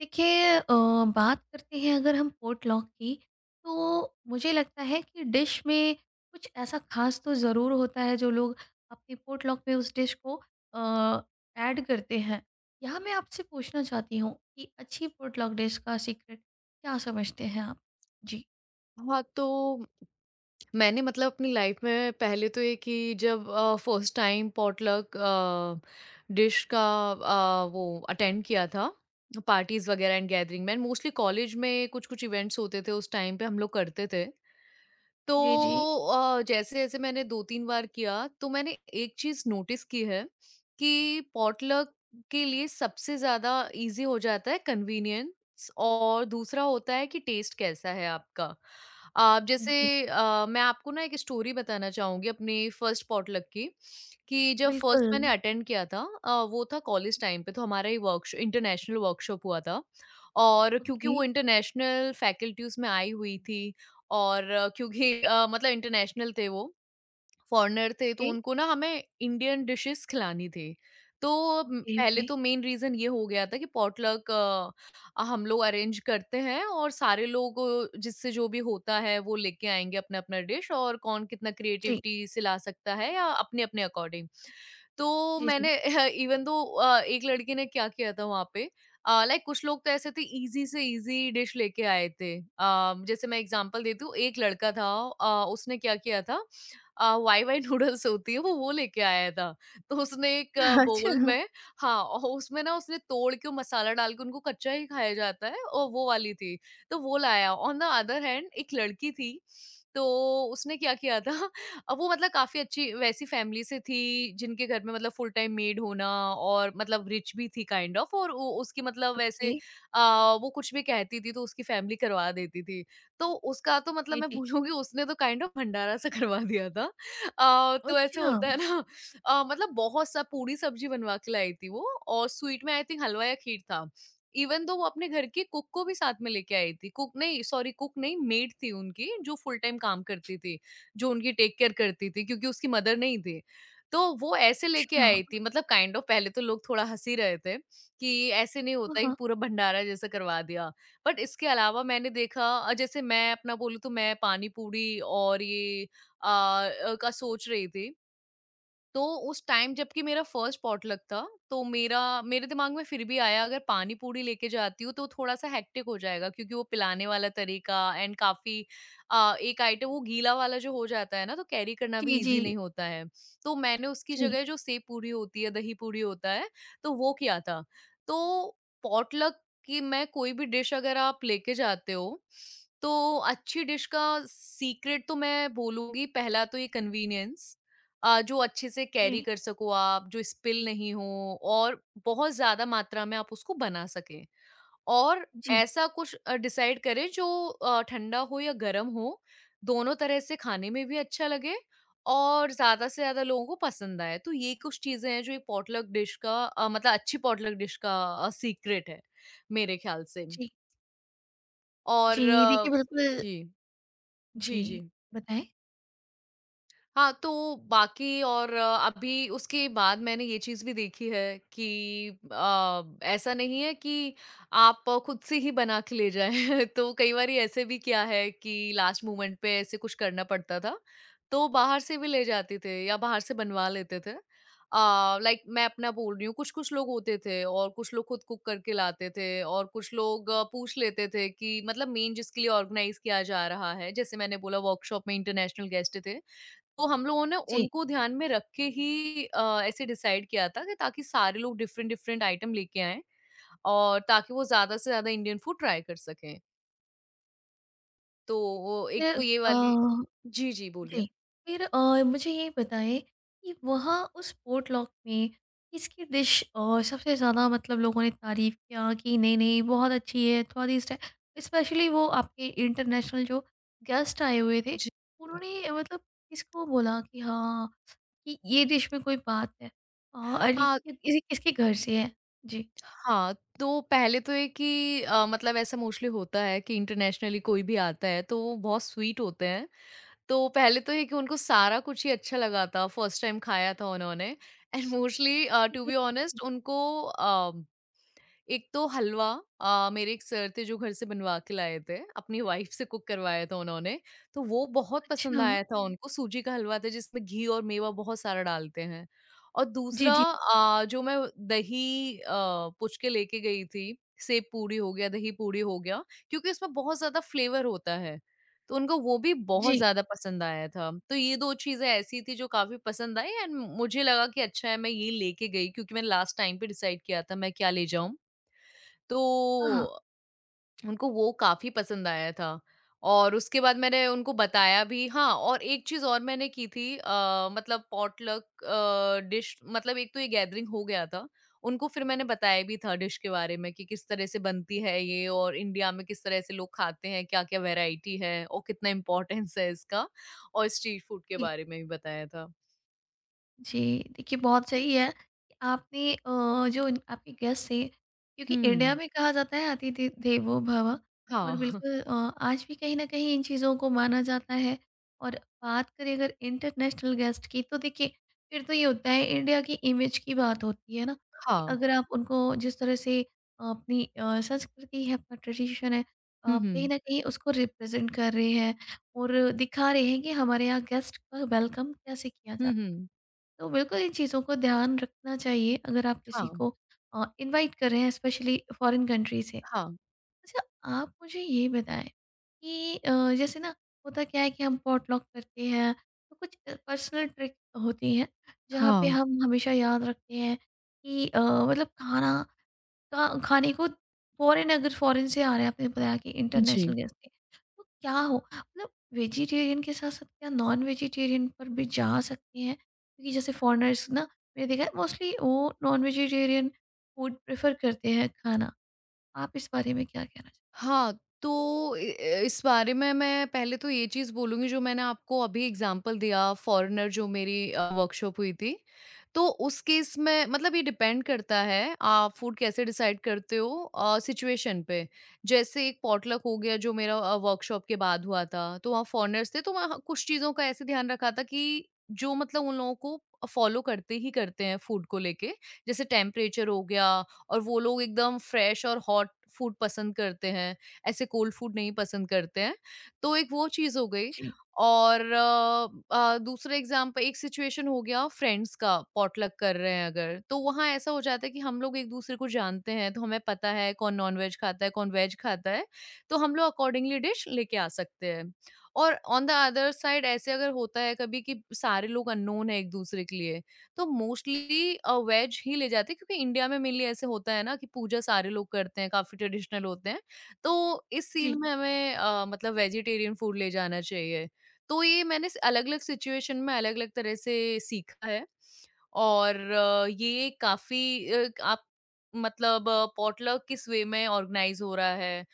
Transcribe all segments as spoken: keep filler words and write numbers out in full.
देखिए अ, बात करते हैं अगर हम पोटलॉक की तो मुझे लगता है कि डिश में कुछ ऐसा ख़ास तो ज़रूर होता है जो लोग अपने पोटलॉक में उस डिश को अ, ऐड करते हैं। यहाँ मैं आपसे पूछना चाहती हूँ कि अच्छी पोटलॉक डिश का सीक्रेट क्या समझते हैं आप? जी। हाँ, तो मैंने मतलब अपनी लाइफ में पहले तो ये कि जब uh, first time potluck uh, dish का अ, वो अटेंड किया था, पार्टीज़ वगैरह एंड गैदरिंग में एंड मोस्टली कॉलेज में कुछ-कुछ इवेंट्स होते थे उस टाइम पे हम लोग करते थे। तो जी, जी। अ, जैसे-जैसे मैंने दो-तीन बार किया, तो मैंने एक चीज़ नोटिस की है कि पॉटलक के लिए सबसे ज़्यादा ईज़ी हो जाता है कन्वीनियंस और दूसरा होता है कि टेस्ट कैसा है आपका। आप जैसे जी, अ, मैं आपको ना एक स्टोरी बताना चाहूँगी अपने फर्स्ट पॉटलक की, कि जब फर्स्ट बिल्कुल। मैंने अटेंड किया था। अ, वो था कॉलेज टाइम पे, तो हमारा ये वर्कश इंटरनेशनल वर्कशॉप हुआ था और क्योंकि ओके, वो इंटरनेशनल फैकल्टीज़ में आई हुई थी और क्योंकि अ, मतलब इंटरनेशनल थे वो, फॉरेनर थे तो उनको ना हमें इंडियन डिशेस खिलानी थी। तो ओके, म ओके, पहले ओके। तो मेन रीज़न ये हो गया था कि पॉटलक अ, हम लोग अरेंज करते हैं और सारे लोग अ, जिससे जो भी होता है वो लेके आएँगे अपना-अपना डिश और कौन कितना जी, क्रिएटिविटी से ला सकता है या अपने-अपने अकॉर्डिंग। तो जी, जी। मैंने इवन दो अ, एक लड़की ने क्या किया था वहाँ पे। अ, लाइक कुछ लोग तो ऐसे थे ईज़ी से ईज़ी डिश लेके आए थे। अ, जैसे मैं एग्ज़ाम्पल देती हूँ एक लड़का था, अ, उसने क्या किया था, अ, वाई वाई नूडल्स होती है वो वो लेके आया था। तो उसने एक बोल अच्छा। में, हाँ, और उसमें ना उसने तोड़ के वो मसाला डाल के उनको कच्चा ही खाया जाता है और वो वाली थी, तो वो लाया। ऑन द अदर हैंड एक लड़की थी, तो उसने क्या किया था अब वो मतलब काफ़ी अच्छी वैसी फैमिली से थी जिनके घर में मतलब फुल टाइम मेड होना और मतलब रिच भी थी काइंड ऑफ और उ उसकी मतलब वैसे ओके। अ, वो कुछ भी कहती थी तो उसकी फैमिली करवा देती थी। तो उसका तो मतलब जी, मैं जी। बोलूँगी उसने तो काइंड ऑफ भंडारा सा करवा दिया था। अ, तो ऐसे अच्छा, होता है ना, अ, मतलब बहुत सा पूरी सब्ज़ी बनवा के लाई थी वो और स्वीट में आई थिंक हलवा या खीर था। इवन दो वो अपने घर की कुक को भी साथ में लेके आई थी। कुक नहीं, सॉरी कुक नहीं मेड थी उनकी जो फुल टाइम काम करती थी, जो उनकी टेक केयर करती थी क्योंकि उसकी मदर नहीं थी। तो वो ऐसे लेके अच्छा। आई थी मतलब काइंड ऑफ। पहले तो लोग थोड़ा हँस ही रहे थे कि ऐसे नहीं हाँ, होता है कि हाँ। पूरा भंडारा जैसा करवा दिया। बट इसके अलावा मैंने देखा, अ, जैसे मैं अपना बोलूँ तो मैं पानी पूरी और ये अ, अ, का सोच रही थी। तो उस टाइम जबकि मेरा फर्स्ट पॉटलक था, तो मेरा मेरे दिमाग में फिर भी आया अगर पानी-पूरी लेके जाती हूँ तो थोड़ा-सा हेक्टिक हो जाएगा क्योंकि वो पिलाने वाला तरीका एंड काफ़ी अ, एक आइटम, वो गीला वाला जो हो जाता है ना, तो कैरी करना जी, भी ईज़ी जी। नहीं होता है। तो मैंने उसकी जी, जगह जो सेव पूरी होती है, दही पूरी होता है, तो वो किया था। तो पॉटलक की मैं कोई भी डिश अगर आप लेके जाते हो, तो अच्छी डिश का सीक्रेट तो मैं बोलूँगी पहला तो ये कन्वीनियंस, अ, जो अच्छे से कैरी जी, कर सको आप, जो स्पिल नहीं हो और बहुत ज़्यादा मात्रा में आप उसको बना सकें। और जी, ऐसा कुछ अ, डिसाइड करें जो अ, ठंडा हो या गरम हो, दोनों तरह से खाने में भी अच्छा लगे और ज़्यादा से ज़्यादा लोगों को पसंद आए। तो ये कुछ चीज़ें हैं जो एक पॉटलक डिश का, अ, मतलब अच्छी पॉटलक डिश का, अ, सीक्रेट है, मेरे ख्याल से। जी, और जी, आ, देखिए बिल्कुल। जी। जी, जी, जी। बताएँ? हाँ, तो बाकी और अ, अभी उसके बाद मैंने ये चीज़ भी देखी है कि अ, ऐसा नहीं है कि आप खुद से ही बना के ले जाएँ। तो कई बारी ऐसे भी किया है कि लास्ट मोमेंट पे ऐसे कुछ करना पड़ता था, तो बाहर से भी ले जाते थे या बाहर से बनवा लेते थे। अ, लाइक मैं अपना बोल रही हूँ, कुछ-कुछ लोग होते थे और कुछ लोग खुद कुक करके लाते थे और कुछ लोग अ, पूछ लेते थे कि मतलब मेन जिसके लिए ऑर्गेनाइज़ किया जा रहा है, जैसे मैंने बोला वर्कशॉप में इंटरनेशनल गेस्ट थे। तो हम लोगों ने जी, उनको ध्यान में रख के ही अ, ऐसे डिसाइड किया था कि ताकि सारे लोग डिफरेंट-डिफरेंट आइटम लेके आएँ और ताकि वो ज़्यादा से ज़्यादा इंडियन फूड ट्राई कर सकें। तो वो एक फिर तो ये अ, वाली, जी, जी, बोलिए। जी, फिर अ, मुझे ये बताएँ कि वहाँ उस पोटलॉक में किसकी डिश अ, सबसे ज़्यादा मतलब लोगों ने तारीफ़ किया कि नहीं-नहीं बहुत अच्छी है, स्वादिष्ट है? स्पेशली वो आपके इंटरनेशनल जो गेस्ट आए हुए थे, जी। उन्होंने अ, मतलब किसको बोला कि हाँ, कि ये डिश में कोई बात है? अ, अरे, हाँ, ये ये किसके घर से है? जी। हाँ, तो पहले तो ये कि अ, मतलब ऐसा मोस्टली होता है कि इंटरनेशनली कोई भी आता है तो वो बहुत स्वीट होते हैं। तो पहले तो ये कि उनको सारा कुछ ही अच्छा लगा था, फर्स्ट टाइम खाया था उन्होंने एंड मोस्टली अ, टू जी। बी ऑनेस्ट उनको अ एक तो हलवा, अ, मेरे एक सर थे जो घर से बनवा के लाए थे, अपनी वाइफ से कुक करवाया था उन्होंने, तो वो बहुत पसंद अच्छा। आया था उनको, सूजी का हलवा था जिसमें घी और मेवा बहुत सारा डालते हैं। और जी, दूसरा जी। अ, जो मैं दही अ, पूछ के लेके गई थी, सेव पूरी हो गया, दही पूरी हो गया, क्योंकि उसमें बहुत ज़्यादा फ्लेवर होता है, तो उनको वो भी बहुत जी। ज़्यादा पसंद आया था। तो ये दो चीज़ें ऐसी थी जो काफ़ी पसंद आई एंड मुझे लगा कि अच्छा है मैं ये लेके गई क्योंकि मैंने लास्ट टाइम पे डिसाइड किया था मैं क्या ले जाऊँ। हाँ, हाँ। तो उनको वो काफ़ी पसंद आया था और उसके बाद मैंने उनको बताया भी, हाँ, और एक चीज़ और मैंने की थी, अ, मतलब पॉटलक अ, डिश मतलब एक तो ये गैदरिंग हो गया था। उनको फिर मैंने बताया भी था डिश के बारे में कि किस तरह से बनती है ये और इंडिया में किस तरह से लोग खाते हैं, क्या-क्या वैरायटी है और कितना इम्पोर्टेंस है इसका और स्ट्रीट फूड के जी। बारे में भी बताया था। जी, देखिए बहुत सही है। कि आपने अ, जो इन- आपके गेस्ट थे क्योंकि इंडिया हुँ। में कहा जाता है अतिथि देवो भव हाँ, और बिल्कुल। अ, आज भी कहीं न कहीं इन चीज़ों को माना जाता है और बात करें अगर इंटरनेशनल गेस्ट की तो देखिए फिर तो ये होता है इंडिया की इमेज की बात होती है ना, कि हाँ। अगर आप उनको जिस तरह से अ, अपनी अ, संस्कृति है, अपना ट्रेडिशन है, हुँ, आप कहीं हुँ। न कहीं उसको रिप्रेज़ेंट कर रहे हैं और दिखा रहे हैं कि हमारे यहाँ गेस्ट का वेलकम कैसे किया जाता हुँ, है। हुँ। तो बिल्कुल इन चीज़ों को ध्यान रखना चाहिए अगर आप किसी हाँ, को इनवाइट कर रहे हैं स्पेशली फॉरेन कंट्री से। हाँ। अच्छा, आप मुझे ये बताएं कि अ, जैसे ना होता क्या है कि हम पॉटलॉक करते हैं तो कुछ पर्सनल ट्रिक होती हैं जहाँ पे हाँ, हम हमेशा याद रखते हैं कि अ, मतलब खाना का खाने को फॉरेन अगर फॉरेन से आ रहा है आपने बताया कि जी। इंटरनेशनल गेस्ट थे तो क्या हो मतलब वेजिटेरियन के साथ साथ क्या नॉन वेजिटेरियन पर भी जा सकते हैं क्योंकि जैसे फॉरेनर्स ना मैंने देखा है मोस्टली वो नॉन वेजिटेरियन फूड प्रेफर करते हैं खाना। आप इस बारे में क्या कहना जी हाँ, तो इ अ, इस बारे में मैं पहले तो ये चीज़ बोलूँगी जो मैंने आपको अभी एग्ज़ाम्पल दिया, फॉरेनर जो मेरी अ, वर्कशॉप हुई थी। तो उस केस में मतलब ये डिपेंड करता है आप फूड कैसे डिसाइड करते हो अ, सिचुएशन पे। जैसे एक पॉटलक हो गया जो मेरा अ, वर्कशॉप के बाद हुआ था, तो वहाँ फॉरेनर्स थे तो वहाँ कुछ चीज़ों का ऐसे ध्यान रखा था कि जो मतलब उन लोगों को फॉलो करते ही करते हैं फूड को लेके। जैसे टेम्परेचर हो गया और वो लोग एकदम फ्रेश और हॉट फूड पसंद करते हैं, ऐसे कोल्ड फूड नहीं पसंद करते हैं। तो एक वो चीज़ हो गई चाहते? और अ अ, दूसरे एग्ज़ाम्पल एक सिचुएशन हो गया फ्रेंड्स का, पॉटलक कर रहे हैं अगर, तो वहाँ ऐसा हो जाता है कि हम लोग एक-दूसरे को जानते हैं, तो हमें पता है कौन नॉन-वेज खाता है, कौन वेज खाता है, तो हम लोग अकॉर्डिंगली डिश लेके आ सकते हैं। और ऑन द अदर साइड ऐसे अगर होता है कभी कि सारे लोग अननोन हैं एक-दूसरे के लिए, तो मोस्टली अ, वेज ही ले जाते हैं क्योंकि इंडिया में मेनली ऐसे होता है ना कि पूजा सारे लोग करते हैं, काफ़ी ट्रेडिशनल होते हैं। तो इस जी हैं। सीन में हमें अ, मतलब वेजिटेरियन फूड ले जाना चाहिए। तो ये मैंने स अलग-अलग सिचुएशन में अलग-अलग तरह से सीखा है और अ, ये काफ़ी अ, आप मतलब पॉटलक किस वे में ऑर्गनाइज़ हो रहा है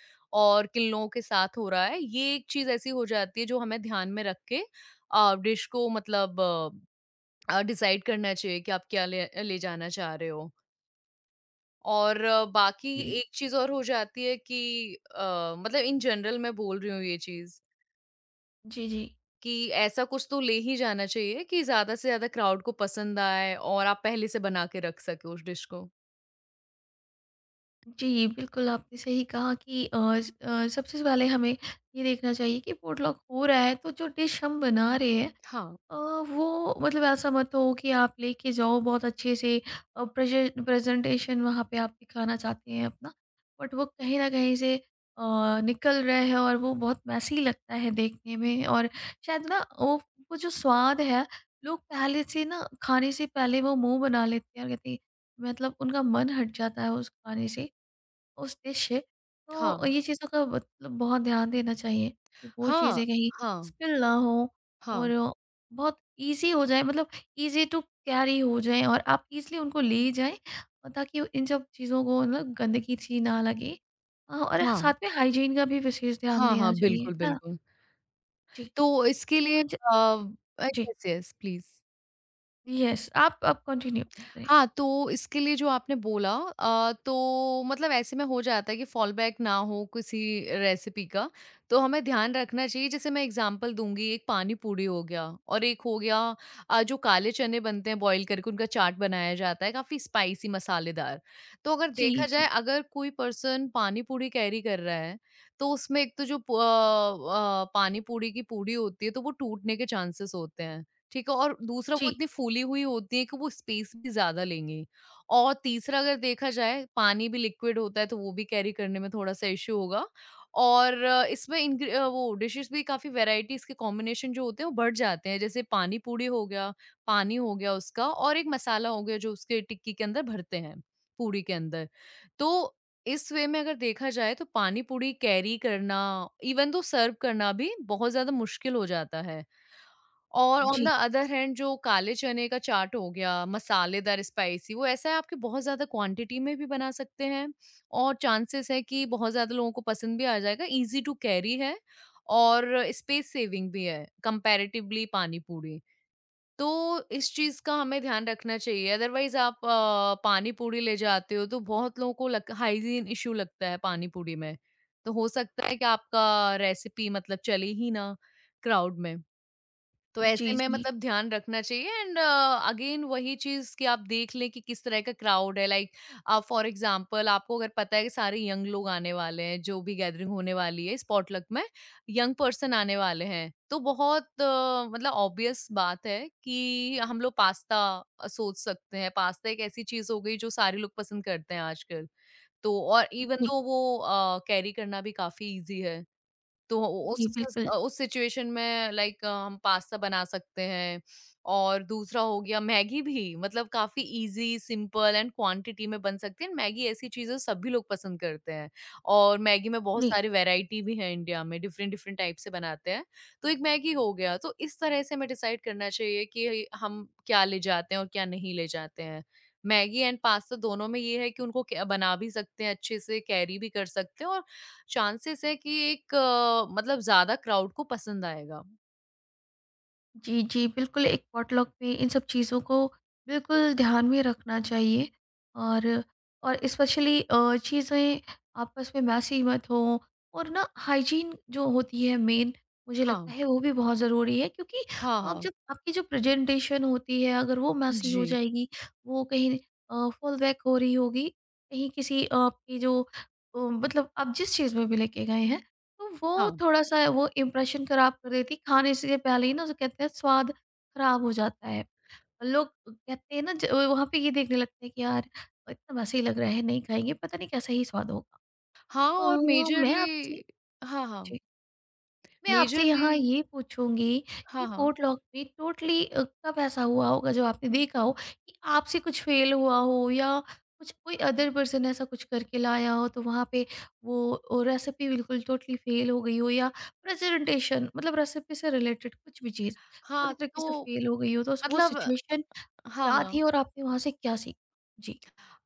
और किन लोगों के साथ हो रहा है, ये एक चीज़ ऐसी हो जाती है जो हमें ध्यान में रख के अ, डिश को मतलब अ, डिसाइड करना चाहिए कि आप क्या ले ले जाना चाह रहे हो और अ, बाकी जी एक चीज और हो जाती है कि अ, मतलब इन जनरल मैं बोल रही हूँ ये चीज, जी जी जी कि ऐसा कुछ तो ले ही जाना चाहिए कि ज्यादा से ज्यादा क्राउड को पसंद आए और आप पहले से बना के रख सके उस डिश को। जी बिल्कुल आपने सही कहा कि अ, स- अ, सबसे पहले हमें ये देखना चाहिए कि पोटलॉक हो रहा है तो जो डिश हम बना रहे हैं हाँ, अ, वो मतलब ऐसा मत हो कि आप लेके जाओ बहुत अच्छे से अ, प्रेजे प्रेजेंटेशन वहाँ पे आप दिखाना चाहते हैं अपना, बट वो कहीं न कहीं से अ, निकल रहा है और वो बहुत मेसी लगता है देखने में और शायद ना वो वो जो स्वाद है, लोग पहले से ना खाने से पहले वो मुँह बना लेते हैं और कहते हैं मतलब उनका मन हट जाता है उस खाने से उस डिश से। हाँ, तो ये चीज़ों का मतलब बहुत ध्यान देना चाहिए कि वो हाँ, चीज़ें कहीं हाँ, स्पिल ना हो हाँ, और बहुत ईज़ी हो जाए मतलब ईज़ी टू कैरी हो जाएँ और आप ईज़िली उनको ले जाएँ और ताकि इन सब चीज़ों को मतलब गंदगी सी ना लगे। अ, और हाँ, साथ में हाइजीन का भी विशेष ध्यान हाँ, हाँ, देना चाहिए, है बिल्कुल, ना? बिल्कुल। जी। तो इसके लिए, अ, ज जी, यस यस प्लीज, यस आप आप कंटिन्यू करें। हाँ, तो इसके लिए जो आपने बोला अ, तो मतलब ऐसे में हो जाता है कि फॉल बैक ना हो किसी रेसिपी का, तो हमें ध्यान रखना चाहिए। जैसे मैं एग्ज़ाम्पल दूँगी, एक पानी पूरी हो गया और एक हो गया अ, जो काले चने बनते हैं बॉयल करके उनका चाट बनाया जाता है काफ़ी स्पाइसी मसालेदार। तो अगर जी, देखा जाए जी, अगर कोई पर्सन पानी पूरी कैरी कर रहा है, तो उसमें एक तो जो प अ अ, पानी पूरी की पूरी होती है तो वो टूटने के चांसेस होते हैं। ठीक है? और दूसरा वो जी, इतनी फूली हुई होती है कि वो स्पेस भी ज़्यादा लेंगी। और तीसरा अगर देखा जाए पानी भी लिक्विड होता है तो वो भी कैरी करने में थोड़ा-सा इश्यू होगा और अ, इसमें इनग्री अ, वो डिशेज़ भी काफ़ी वैराइटीज़ के कॉम्बिनेशन जो होते हैं वो बढ़ जाते हैं। जैसे पानी पूरी हो गया, पानी हो गया उसका और एक मसाला हो गया जो उसके टिक्की के अंदर भरते हैं, पूड़ी के अंदर। तो इस वे में अगर देखा जाए तो पानी पूरी कैरी करना इवन दो सर्व करना भी बहुत ज़्यादा मुश्किल हो जाता है। और ऑन द जी, अदर हैंड जो काले चने का चाट हो गया, मसालेदार स्पाइसी वो ऐसा है आपके बहुत ज़्यादा क्वांटिटी में भी बना सकते हैं और चांसेस है कि बहुत ज़्यादा लोगों को पसंद भी आ जाएगा, ईज़ी टू कैरी है और स्पेस सेविंग भी है कंपैरेटिवली पानी पूरी। तो इस चीज़ का हमें ध्यान रखना चाहिए अदरवाइज़ आप अ, पानी पूरी ले जाते हो तो बहुत लोगों को लग हाइजीन इश्यू लगता है पानी पूरी में। तो हो सकता है कि आपका रेसिपी मतलब चले ही ना क्राउड में। तो ऐसे जी, में जी, मतलब ध्यान रखना चाहिए एंड अगेन वही चीज कि आप देख लें कि किस तरह का क्राउड है लाइक फॉर एग्जांपल आपको अगर पता है कि सारे यंग लोग आने वाले हैं जो भी गैदरिंग होने वाली है स्पॉटलक में यंग पर्सन आने वाले हैं तो बहुत अ, मतलब ऑब्वियस बात है कि हम लोग पास्ता अ, सोच सकते हैं। पास्ता एक ऐसी चीज हो गई जो सारे लोग पसंद करते हैं आजकल, तो और इवन जी, दो वो कैरी करना भी काफी इजी है। तो उस जी, बिल्कुल। उस सिचुएशन में लाइक हम पास्ता बना सकते हैं और दूसरा हो गया मैगी भी, मतलब काफी इजी सिंपल एंड क्वांटिटी में बन सकती है। मैगी ऐसी चीजें सभी लोग पसंद करते हैं और मैगी में बहुत जी। सारी वैरायटी भी है, इंडिया में डिफरेंट डिफरेंट टाइप से बनाते हैं। तो एक मैगी हो गया। तो इस तरह से हमें डिसाइड करना चाहिए कि हम क्या ले जाते हैं और क्या नहीं ले जाते हैं। मैगी एंड पास्ता दोनों में ये है कि उनको क्या- बना भी सकते हैं अच्छे से, कैरी भी कर सकते हैं और चांसेस है कि एक अ, मतलब ज़्यादा क्राउड को पसंद आएगा। जी, जी, बिल्कुल एक पॉटलॉक में इन सब चीज़ों को बिल्कुल ध्यान में रखना चाहिए और और स्पेशली अ, चीज़ें आपस में मैसी मत हों और ना हाइजीन जो होती है मेन मुझे हाँ, लगता है वो भी बहुत ज़रूरी है क्योंकि हाँ, आप हाँ। जब आपकी जो प्रेजेंटेशन होती है अगर वो मैसी हो जी, जाएगी, वो कहीं अ, फॉल बैक हो रही होगी, कहीं किसी अ, आपकी जो अ, मतलब आप जिस चीज़ में भी लेके गए हैं तो हाँ। वो थोड़ा-सा वो इम्प्रेशन खराब कर देती है, खाने से पहले ही ना उसे कहते हैं स्वाद खराब हो जाता है। लोग कहते हैं ना ज वहाँ पे ये देखने लगते हैं कि यार इतना वैसे ही लग रहा है, नहीं खाएँगे, पता नहीं कैसा ही स्वाद होगा। हाँ, और अ, मैं आपसे मेजरली। हाँ, हाँ। जी। मैं आपसे मेजरली। यहाँ ये पूछूँगी हाँ, कि हाँ। पोटलॉक में टोटली अ, कब ऐसा हुआ होगा जो आपने देखा हो कि आपसे कुछ फ़ेल हुआ हो या कुछ कोई अदर पर्सन ऐसा कुछ करके लाया हो तो वहाँ पे वो वो रेसिपी बिल्कुल टोटली फ़ेल हो गई हो या प्रेज़ेंटेशन मतलब रेसिपी से रिलेटेड कुछ भी चीज़ हाँ, पूरी तरीके से तो फ़ेल हो गई हो तो वो मतलब। सिचुएशन हाँ, क्या हाँ। थी और आपने वहाँ से क्या सीखा? जी,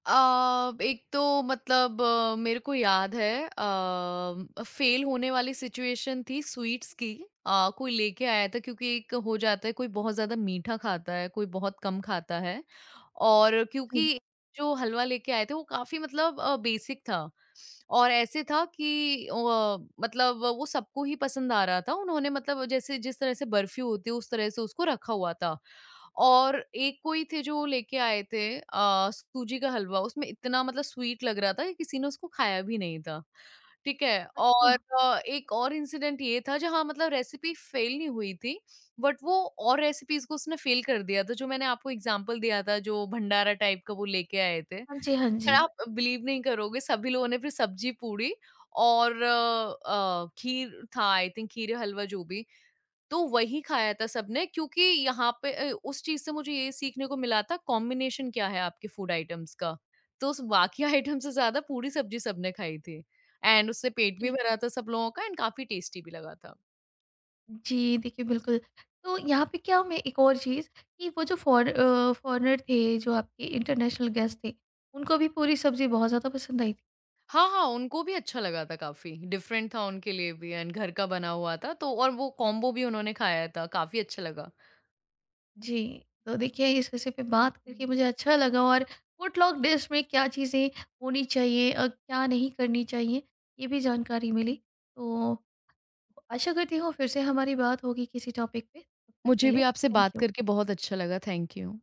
अ, एक तो मतलब, अ, मेरे को याद है, अ, फेल होने वाली सिचुएशन थी स्वीट्स की। अ, कोई लेके आया था क्योंकि एक हो जाता है कोई बहुत ज्यादा मीठा खाता है कोई बहुत कम खाता है। और जी। क्योंकि जो हलवा लेके आए थे वो काफी मतलब बेसिक था और ऐसे था कि अ, मतलब वो सबको ही पसंद आ रहा था। उन्होंने मतलब जैसे जिस तरह से बर्फी होती है उस तरह से उसको रखा हुआ था। और एक कोई थे जो लेके आए थे अ, सूजी का हलवा, उसमें इतना मतलब स्वीट लग रहा था कि किसी ने उसको खाया भी नहीं था, ठीक है? और अच्छा। अ, एक और इंसिडेंट ये था जहाँ मतलब रेसिपी फेल नहीं हुई थी, बट वो और रेसिपीज़ को उसने फेल कर दिया था, जो मैंने आपको एग्ज़ाम्पल दिया था, जो भंडारा टाइप का वो लेके आए थे। हाँ जी, हाँ पर जी। आप बिलीव नहीं करोगे, सभी लोगों ने फिर सब्जी पूड़ी और अ, अ, खीर था आई थिंक, खीर या हलवा जो भी। तो वही खाया था सबने क्योंकि यहाँ पे अ, उस चीज़ से मुझे ये सीखने को मिला था कॉम्बिनेशन क्या है आपके फूड आइटम्स का। तो उस बाकी आइटम से ज़्यादा पूरी सब्ज़ी सबने खाई थी एंड उससे पेट भी भरा था सब लोगों का एंड काफ़ी टेस्टी भी लगा था। जी, देखिए बिल्कुल। तो यहाँ पे क्या मैं एक और चीज़ कि वो जो फॉर अ, फॉरेनर थे, जो आपके इंटरनेशनल गेस्ट थे, उनको भी पूरी सब्ज़ी बहुत ज़्यादा पसंद आई थी। हाँ, हाँ, उनको भी अच्छा लगा था काफ़ी, डिफरेंट था उनके लिए भी एंड घर का बना हुआ था तो, और वो कॉम्बो भी उन्होंने खाया था, काफ़ी अच्छा लगा। जी, तो देखिए इस विषय पे बात करके हुँ। मुझे अच्छा लगा और फूडलॉग डिश में क्या चीज़ें होनी चाहिए और क्या नहीं करनी चाहिए, ये भी जानकारी मिली। तो आशा करती हूँ फिर से हमारी बात होगी किसी टॉपिक पे, तब तक के मुझे भी लिए आपसे थैंक बात यू। करके बहुत अच्छा लगा, थैंक यू।